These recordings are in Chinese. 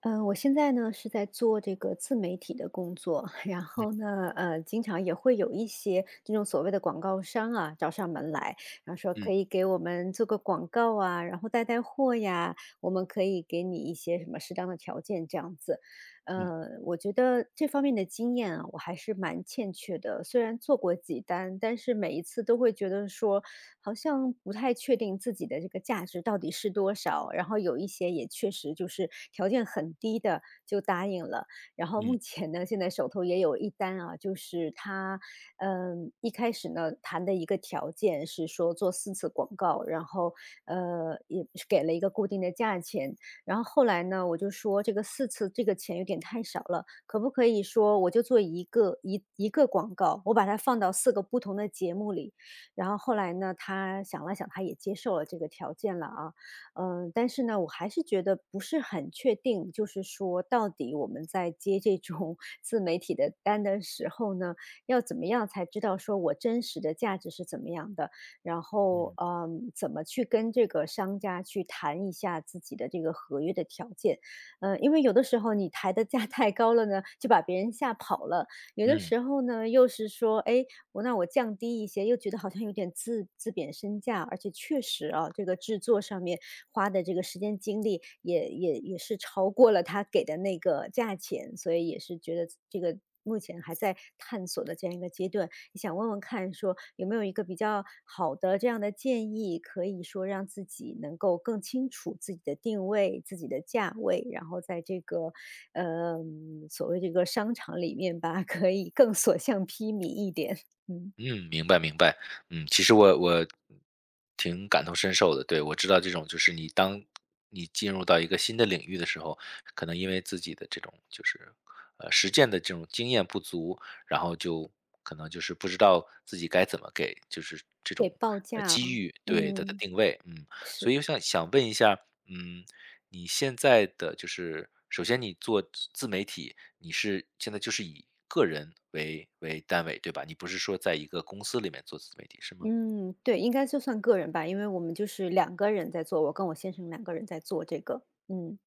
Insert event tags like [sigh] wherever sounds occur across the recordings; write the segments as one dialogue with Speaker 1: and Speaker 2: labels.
Speaker 1: 嗯，我现在呢是在做这个自媒体的工作，[laughs] 然后
Speaker 2: 嗯
Speaker 1: 呢，经常也会有一些这种所谓的广告商啊找上门来，然后说可
Speaker 2: 嗯
Speaker 1: 以给我们做个广告啊，然后带货呀，我们可以给你一些什么适当的条件这样子。
Speaker 2: 嗯
Speaker 1: 我觉得这方面的经验啊，我还是蛮欠缺的。虽然做过几单，但是每一次都会觉得说，好像不太确定自己的这个价值到底是多少，然后有一些也确实就是条件很低的就答应了。然后
Speaker 2: 嗯
Speaker 1: 目前呢，现在手头也有一单啊，就是他，一开始呢谈的一个条件是说做四次广告，然后也是给了一个固定的价钱，然后后来呢我就说这个四次这个钱有点太少了，可不可以说我就做一个广告，我把它放到4个不同的节目里，然后后来呢，他想了想，他也接受了这个条件了啊，但是呢，我还是觉得不是很确定，就是说到底我们在接这种 [laughs] 自媒体的单的时候呢，要怎么样才知道说我真实的价值是怎么样的，然后
Speaker 2: 嗯
Speaker 1: 怎么去跟这个商家去谈一下自己的这个合约的条件，因为有的时候你抬的价太高了呢，就把别人吓跑了。有的
Speaker 2: 嗯
Speaker 1: 时候呢，又是说，哎，那我降低一些，又觉得好像有点自贬身价，而且确实啊，这个制作上面花的这个时间精力也是超过了他给的那个价钱，所以也是觉得这个目前还在探索的这样一个阶段。想问问看说有没有一个比较好的这样的建议，可以说让自己能够更清楚自己的定位、自己的价位，然后在这个，所谓这个商场里面吧，可以更所向披靡一点。嗯，
Speaker 2: 嗯，明白明白。嗯，其实我挺感同身受的。对，我知道这种就是当你进入到一个新的领域的时候，可能因为自己的这种就是实践的这种经验不足，然后就可能就是不知道自己该怎么给就是这
Speaker 1: 给
Speaker 2: 种
Speaker 1: 报价
Speaker 2: 机
Speaker 1: 啊，
Speaker 2: 遇对它的
Speaker 1: 嗯，
Speaker 2: 定位。嗯，所
Speaker 1: 是，
Speaker 2: 以我想问一下，嗯，你现在的就是首先你做自媒体。你是现在就是以个人为单位，对吧？你不是说在一个公司里面做自媒体是吗？
Speaker 1: 嗯，对，应该就算个人吧，因为我们就是两个人在做，我跟我先生两个人在做这个，嗯，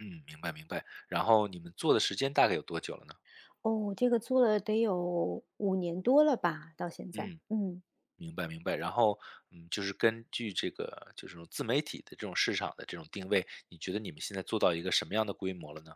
Speaker 2: 嗯，明白明白。然后你们做的时间大概有多久了呢？
Speaker 1: 哦，这个做了得有5年多了吧，到现在，
Speaker 2: 嗯，
Speaker 1: 嗯，
Speaker 2: 明白明白。然后就是根据这个就是这种自媒体的这种市场的这种定位，你觉得你们现在做到一个什么样的规模了呢？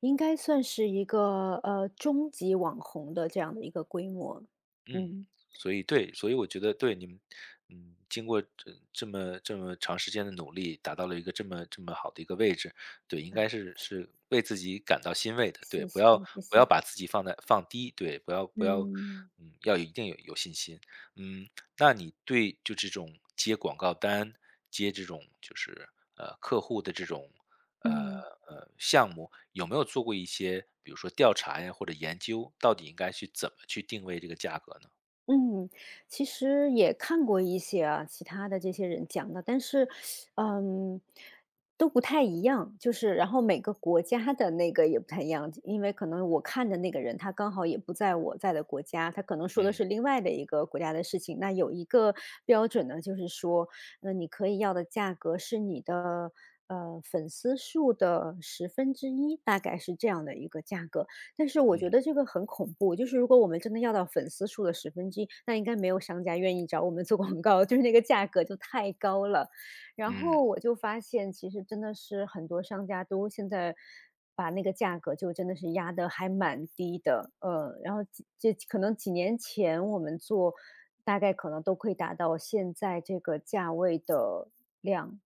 Speaker 1: 应该算是一个中级网红的这样的一个规模，
Speaker 2: 嗯，
Speaker 1: 嗯
Speaker 2: 所以对，所以我觉得对你们，嗯，经过这么这么长时间的努力，达到了一个这么这么好的一个位置，对，应
Speaker 1: 啊，
Speaker 2: 该是为自己感到欣慰的，对，
Speaker 1: 谢
Speaker 2: 不
Speaker 1: 谢
Speaker 2: 要
Speaker 1: 谢
Speaker 2: 不要
Speaker 1: 谢，
Speaker 2: 把自己放低，对，不要不要，
Speaker 1: 嗯
Speaker 2: 嗯，要有一定有有信心，嗯，那你对就这种接广告单、接这种就是客户的这种呃
Speaker 1: 嗯。
Speaker 2: 项目，有没有做过一些比如说调查呀或者研究，到底应该去怎么去定位这个价格呢？
Speaker 1: 嗯，其实也看过一些啊，其他的这些人讲的，但是，嗯，都不太一样。就是，然后每个国家的那个也不太一样，因为可能我看的那个人他刚好也不在我在的国家，他可能说的
Speaker 2: 嗯
Speaker 1: 是另外的一个国家的事情。那有一个标准呢，就是说，你可以要的价格是你的粉丝数的十分之一，大概是这样的一个价格。但是我觉
Speaker 2: 嗯
Speaker 1: 得这个很恐怖，就是如果我们真的要到粉丝数的十分之一，那应该没有商家愿意找我们做广告，就是那个价格就太高了。然
Speaker 2: 嗯
Speaker 1: 后我就发现，其实真的是很多商家都现在把那个价格就真的是压得还蛮低的，然后这可能几年前我们做，大概可能都可以达到现在这个价位的量，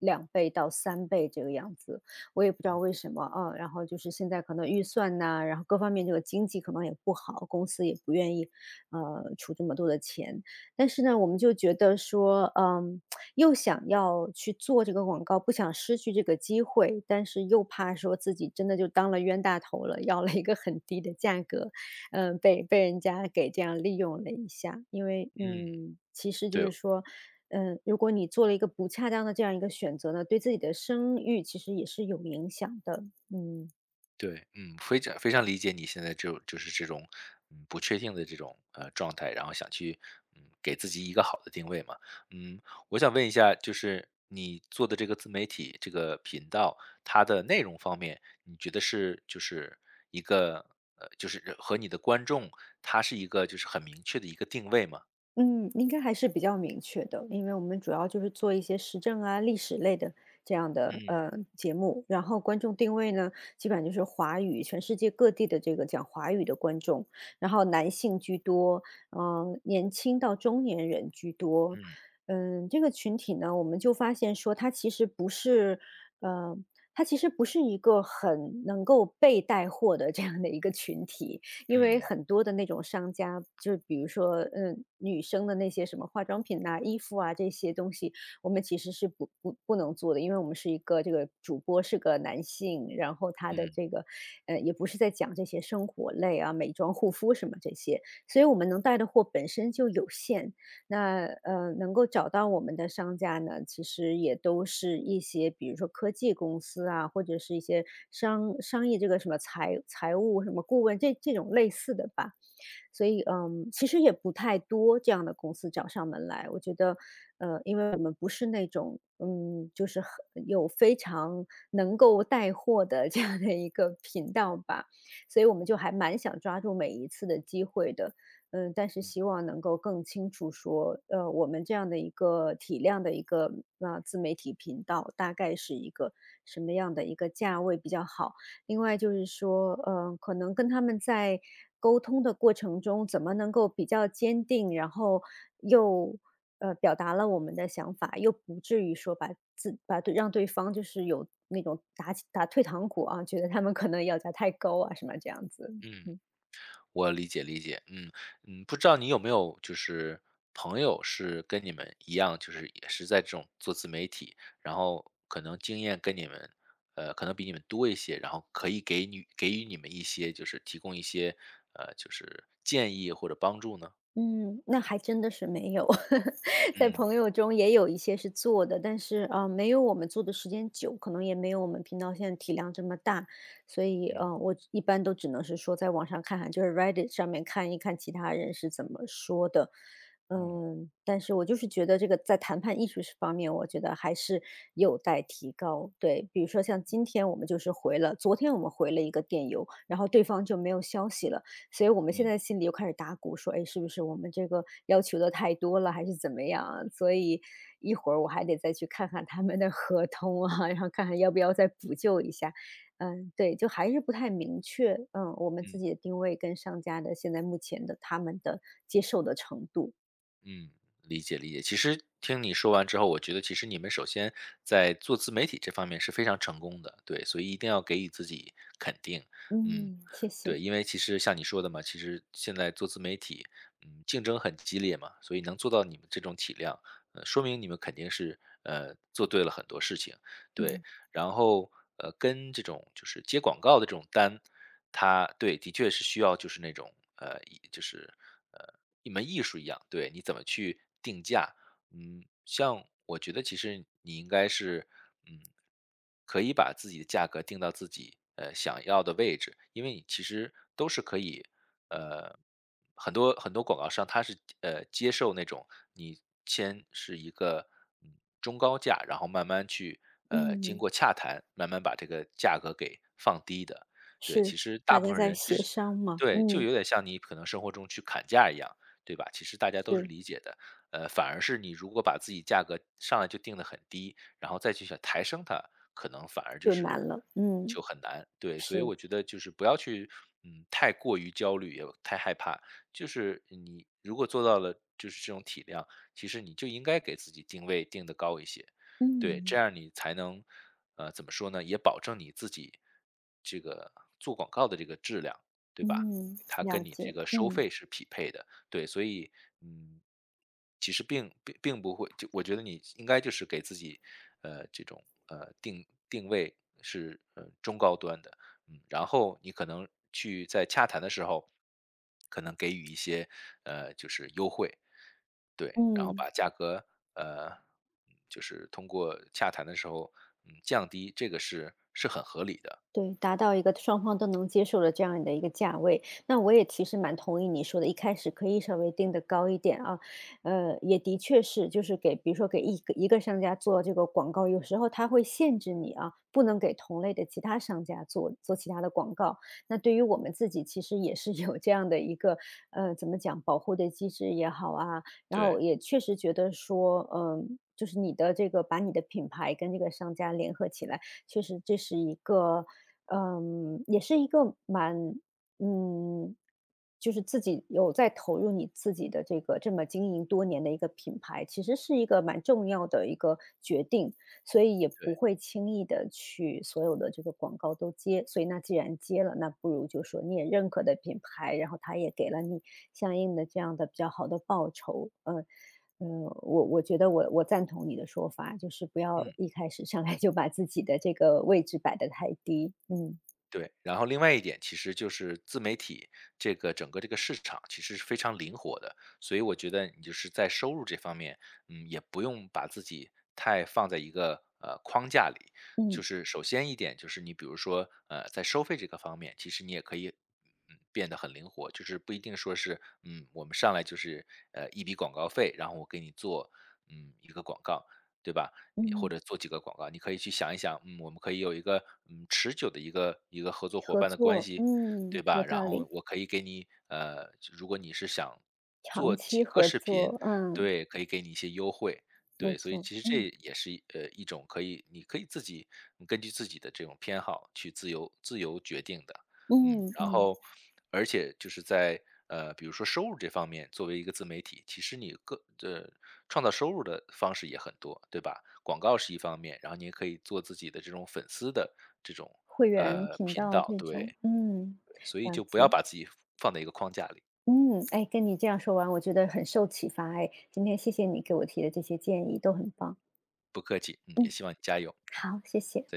Speaker 1: 2倍到3倍这个样子。我也不知道为什么啊。然后就是现在可能预算呐、然后各方面这个经济可能也不好，公司也不愿意出这么多的钱。但是呢，我们就觉得说，又想要去做这个广告，不想失去这个机会，但是又怕说自己真的就当了冤大头了，要了一个很低的价格，被人家给这样利用了一下。因为，
Speaker 2: 嗯，
Speaker 1: 其实就
Speaker 2: 对，
Speaker 1: 是说，如果你做了一个不恰当的这样一个选择呢，对自己的声誉其实也是有影响的。嗯。
Speaker 2: 对，嗯，非常非常理解你现在就是这种，嗯，不确定的这种状态，然后想去给自己一个好的定位嘛，嗯，我想问一下，就是你做的这个自媒体这个频道，它的内容方面，你觉得是就是一个就是和你的观众，它是一个就是很明确的一个定位吗？
Speaker 1: 嗯，应该还是比较明确的，因为我们主要就是做一些时政啊、历史类的这样的
Speaker 2: 嗯
Speaker 1: 节目，然后观众定位呢，基本上就是华语，全世界各地的这个讲华语的观众，然后男性居多，嗯、年轻到中年人居多，
Speaker 2: 嗯
Speaker 1: 这个群体呢，我们就发现说，它其实不是，呃，它其实不是一个很能够被带货的这样的一个群体，因为
Speaker 2: 嗯
Speaker 1: 很多的那种商家，就比如说，嗯，女生的那些什么化妆品呐、衣服啊这些东西，我们其实是不能做的，因为我们是一个这个主播是个男性，然后他的
Speaker 2: 嗯。
Speaker 1: 这个，也不是在讲这些生活类啊、美妆、护肤什么这些，所以我们能带的货本身就有限。那能够找到我们的商家呢，其实也都是一些，比如说科技公司啊，或者是一些商业这个什么财务什么顾问这这种类似的吧。所以，其实也不太多这样的公司找上门来。我觉得，因为我们不是那种，就是很有非常能够带货的这样的一个频道吧，所以我们就还蛮想抓住每一次的机会的。但是希望能够更清楚说，我们这样的一个体量的一个自媒体频道，大概是一个什么样的一个价位比较好。另外就是说，可能跟他们在沟通的过程中，怎么能够比较坚定，然后又表达了我们的想法，又不至于说把自把对让对方就是有那种打退堂鼓啊，觉得他们可能要价太高啊，什么这样子。
Speaker 2: 嗯，我理解理解，嗯嗯，不知道你有没有就是朋友是跟你们一样，就是也是在这种做自媒体，然后可能经验跟你们，可能比你们多一些，然后可以给你给予你们一些就是提供一些就是建议或者帮助呢？
Speaker 1: 嗯，那还真的是没有，[laughs] 在
Speaker 2: 嗯
Speaker 1: 朋友中也有一些是做的，但是啊，没有我们做的时间久，可能也没有我们频道现在体量这么大，所以
Speaker 2: 嗯
Speaker 1: 我一般都只能是说在网上看看，就是 Reddit 上面看一看其他人是怎么说的，
Speaker 2: 嗯
Speaker 1: 但是我就是觉得这个在谈判艺术方面，我觉得还是有待提高。对，比如说像今天我们就是回了，昨天我们回了一个电邮，然后对方就没有消息了。所以我们现
Speaker 2: 嗯。
Speaker 1: 在心里又开始打鼓，说：“哎，是不是我们这个要求的太多了，还是怎么样啊？”所以一会儿我还得再去看看他们的合同啊，[laughs] 然后看看要不要再补救一下。嗯，对，就还是不太明确。嗯，我们自己的定位跟商家的现在目前的他们的接受的程度。
Speaker 2: 嗯，理解理解。其实听你说完之后，我觉得其实你们首先在做自媒体这方面是非常成功的，对，所以一定要给予自己肯定。嗯，
Speaker 1: 嗯，谢
Speaker 2: 对，
Speaker 1: 谢。
Speaker 2: 因为其实像你说的嘛，其实现在做自媒体，嗯，竞争很激烈嘛，所以能做到你们这种体量，说明你们肯定是做对了很多事情，对。然后，跟这种就是接广告的这种单，它对，的确是需要就是那种，呃，就是，呃，一门艺术一样，对，你怎么去定价。嗯，像我觉得其实你应该是，嗯，可以把自己的价格定到自己，想要的位置，因为你其实都是可以，呃，很多很多广告商他是，接受那种你先是一个嗯中高价，然后慢慢去经
Speaker 1: 嗯，
Speaker 2: 过洽谈，慢慢把这个价格给放低的。对，其
Speaker 1: 是，
Speaker 2: 实大
Speaker 1: 大
Speaker 2: 部
Speaker 1: 家
Speaker 2: 分
Speaker 1: 在
Speaker 2: 人其
Speaker 1: 协
Speaker 2: 实
Speaker 1: 商嘛。
Speaker 2: 对，就
Speaker 1: 嗯，
Speaker 2: 有点像你可能生活中去砍价一样，对吧？其实大家都是
Speaker 1: 是，
Speaker 2: 理解的。反而是你如果把自己价格上来就定得很低，然后再去想抬升它，可能反而就
Speaker 1: 就难
Speaker 2: 是
Speaker 1: 了。嗯，
Speaker 2: 就很难。对，所以
Speaker 1: 是，
Speaker 2: 我觉得就是不要去太过于焦虑，也太害怕，就是你如果做到了就是这种体量，其实你就应该给自己定位定的高一些。对，这
Speaker 1: 嗯，
Speaker 2: 样你才能，怎么说呢，也保证你自己这个做广告的这个质量，对吧？
Speaker 1: 嗯，
Speaker 2: 它
Speaker 1: 了
Speaker 2: 跟你这
Speaker 1: 解。
Speaker 2: 个收
Speaker 1: 嗯，
Speaker 2: 费是匹配的，对，所以，嗯，其实并不会，就我觉得你应该就是给自己，这种定位是中高端的，嗯，然后你可能去在洽谈的时候，可能给予一些就是优惠，对，然后
Speaker 1: 嗯。
Speaker 2: 把价格呃就是通过洽谈的时候，降低，这个是很合理的，
Speaker 1: 对，达到一个双方都能接受的这样的一个价位。那我也其实蛮同意你说的，一开始可以稍微定的高一点啊，也的确是，就是给比如说给一个商家做这个广告，有时候他会限制你啊，不能给同类的其他商家做其他的广告。那对于我们自己，其实也是有这样的一个怎么讲保护的机制也好啊，然
Speaker 2: 对
Speaker 1: 后也确实觉得说，嗯、就是你的这个把你的品牌跟这个商家联合起来。确实这是一个，嗯，也是一个蛮，嗯，就是自己有在投入你自己的这个这么经营多年的一个品牌，其实是一个蛮重要的一个决定，所以也不
Speaker 2: 对，
Speaker 1: 会轻易的去所有的这个广告都接。所以那既然接了，那不如就说你也认可的品牌，然后他也给了你相应的这样的比较好的报酬，嗯，嗯，我觉得我赞同你的说法，就是不要
Speaker 2: 嗯。
Speaker 1: 一开始上来就把自己的这个位置摆的太低。嗯
Speaker 2: 对，然后另外一点其实就是自媒体这个整个这个市场其实是非常灵活的，所以我觉得你就是在收入这方面，也不用把自己太放在一个框架里。就
Speaker 1: 嗯
Speaker 2: 是首先一点就是你比如说在收费这个方面，其实你也可以变得很灵活，就是不一定说是我们上来就是一笔广告费，然后我给你做一个广告，对吧？你或
Speaker 1: 嗯，
Speaker 2: 者做几个广告，你可以去想一想，嗯，我们可以有一个持久的一个合作伙
Speaker 1: 合
Speaker 2: 伴的关
Speaker 1: 作，
Speaker 2: 系，对
Speaker 1: 嗯，有
Speaker 2: 吧？然
Speaker 1: 道
Speaker 2: 后
Speaker 1: 理，
Speaker 2: 我可以给你如果你是想做
Speaker 1: 长
Speaker 2: 几
Speaker 1: 期
Speaker 2: 个
Speaker 1: 合
Speaker 2: 视频，
Speaker 1: 作，嗯，
Speaker 2: 对，可以给你一些优惠，
Speaker 1: 没
Speaker 2: 对，所以
Speaker 1: 错，
Speaker 2: 其实这
Speaker 1: 嗯
Speaker 2: 也是一种可以，你可以自己根据自己的这种偏好去自由决定的。嗯，
Speaker 1: 嗯
Speaker 2: 然
Speaker 1: 嗯，
Speaker 2: 后而且就是在比如说收入这方面，作为一个自媒体，其实你呃创造收入的方式也很多，对吧？广告是一方面，然后你也可以做自己的这种粉丝的这种
Speaker 1: 会员频
Speaker 2: 频
Speaker 1: 道
Speaker 2: 道，
Speaker 1: 这
Speaker 2: 对
Speaker 1: 种，嗯，
Speaker 2: 对，所以
Speaker 1: 了
Speaker 2: 就不要
Speaker 1: 解。
Speaker 2: 把自己放在一个框架里，
Speaker 1: 嗯，哎，跟你这样说完，我觉得很受启发。哎，今天谢谢你给我提的这些建议，都很棒。
Speaker 2: 不客气，嗯，也
Speaker 1: 嗯，
Speaker 2: 希望你加油。
Speaker 1: 好，谢谢。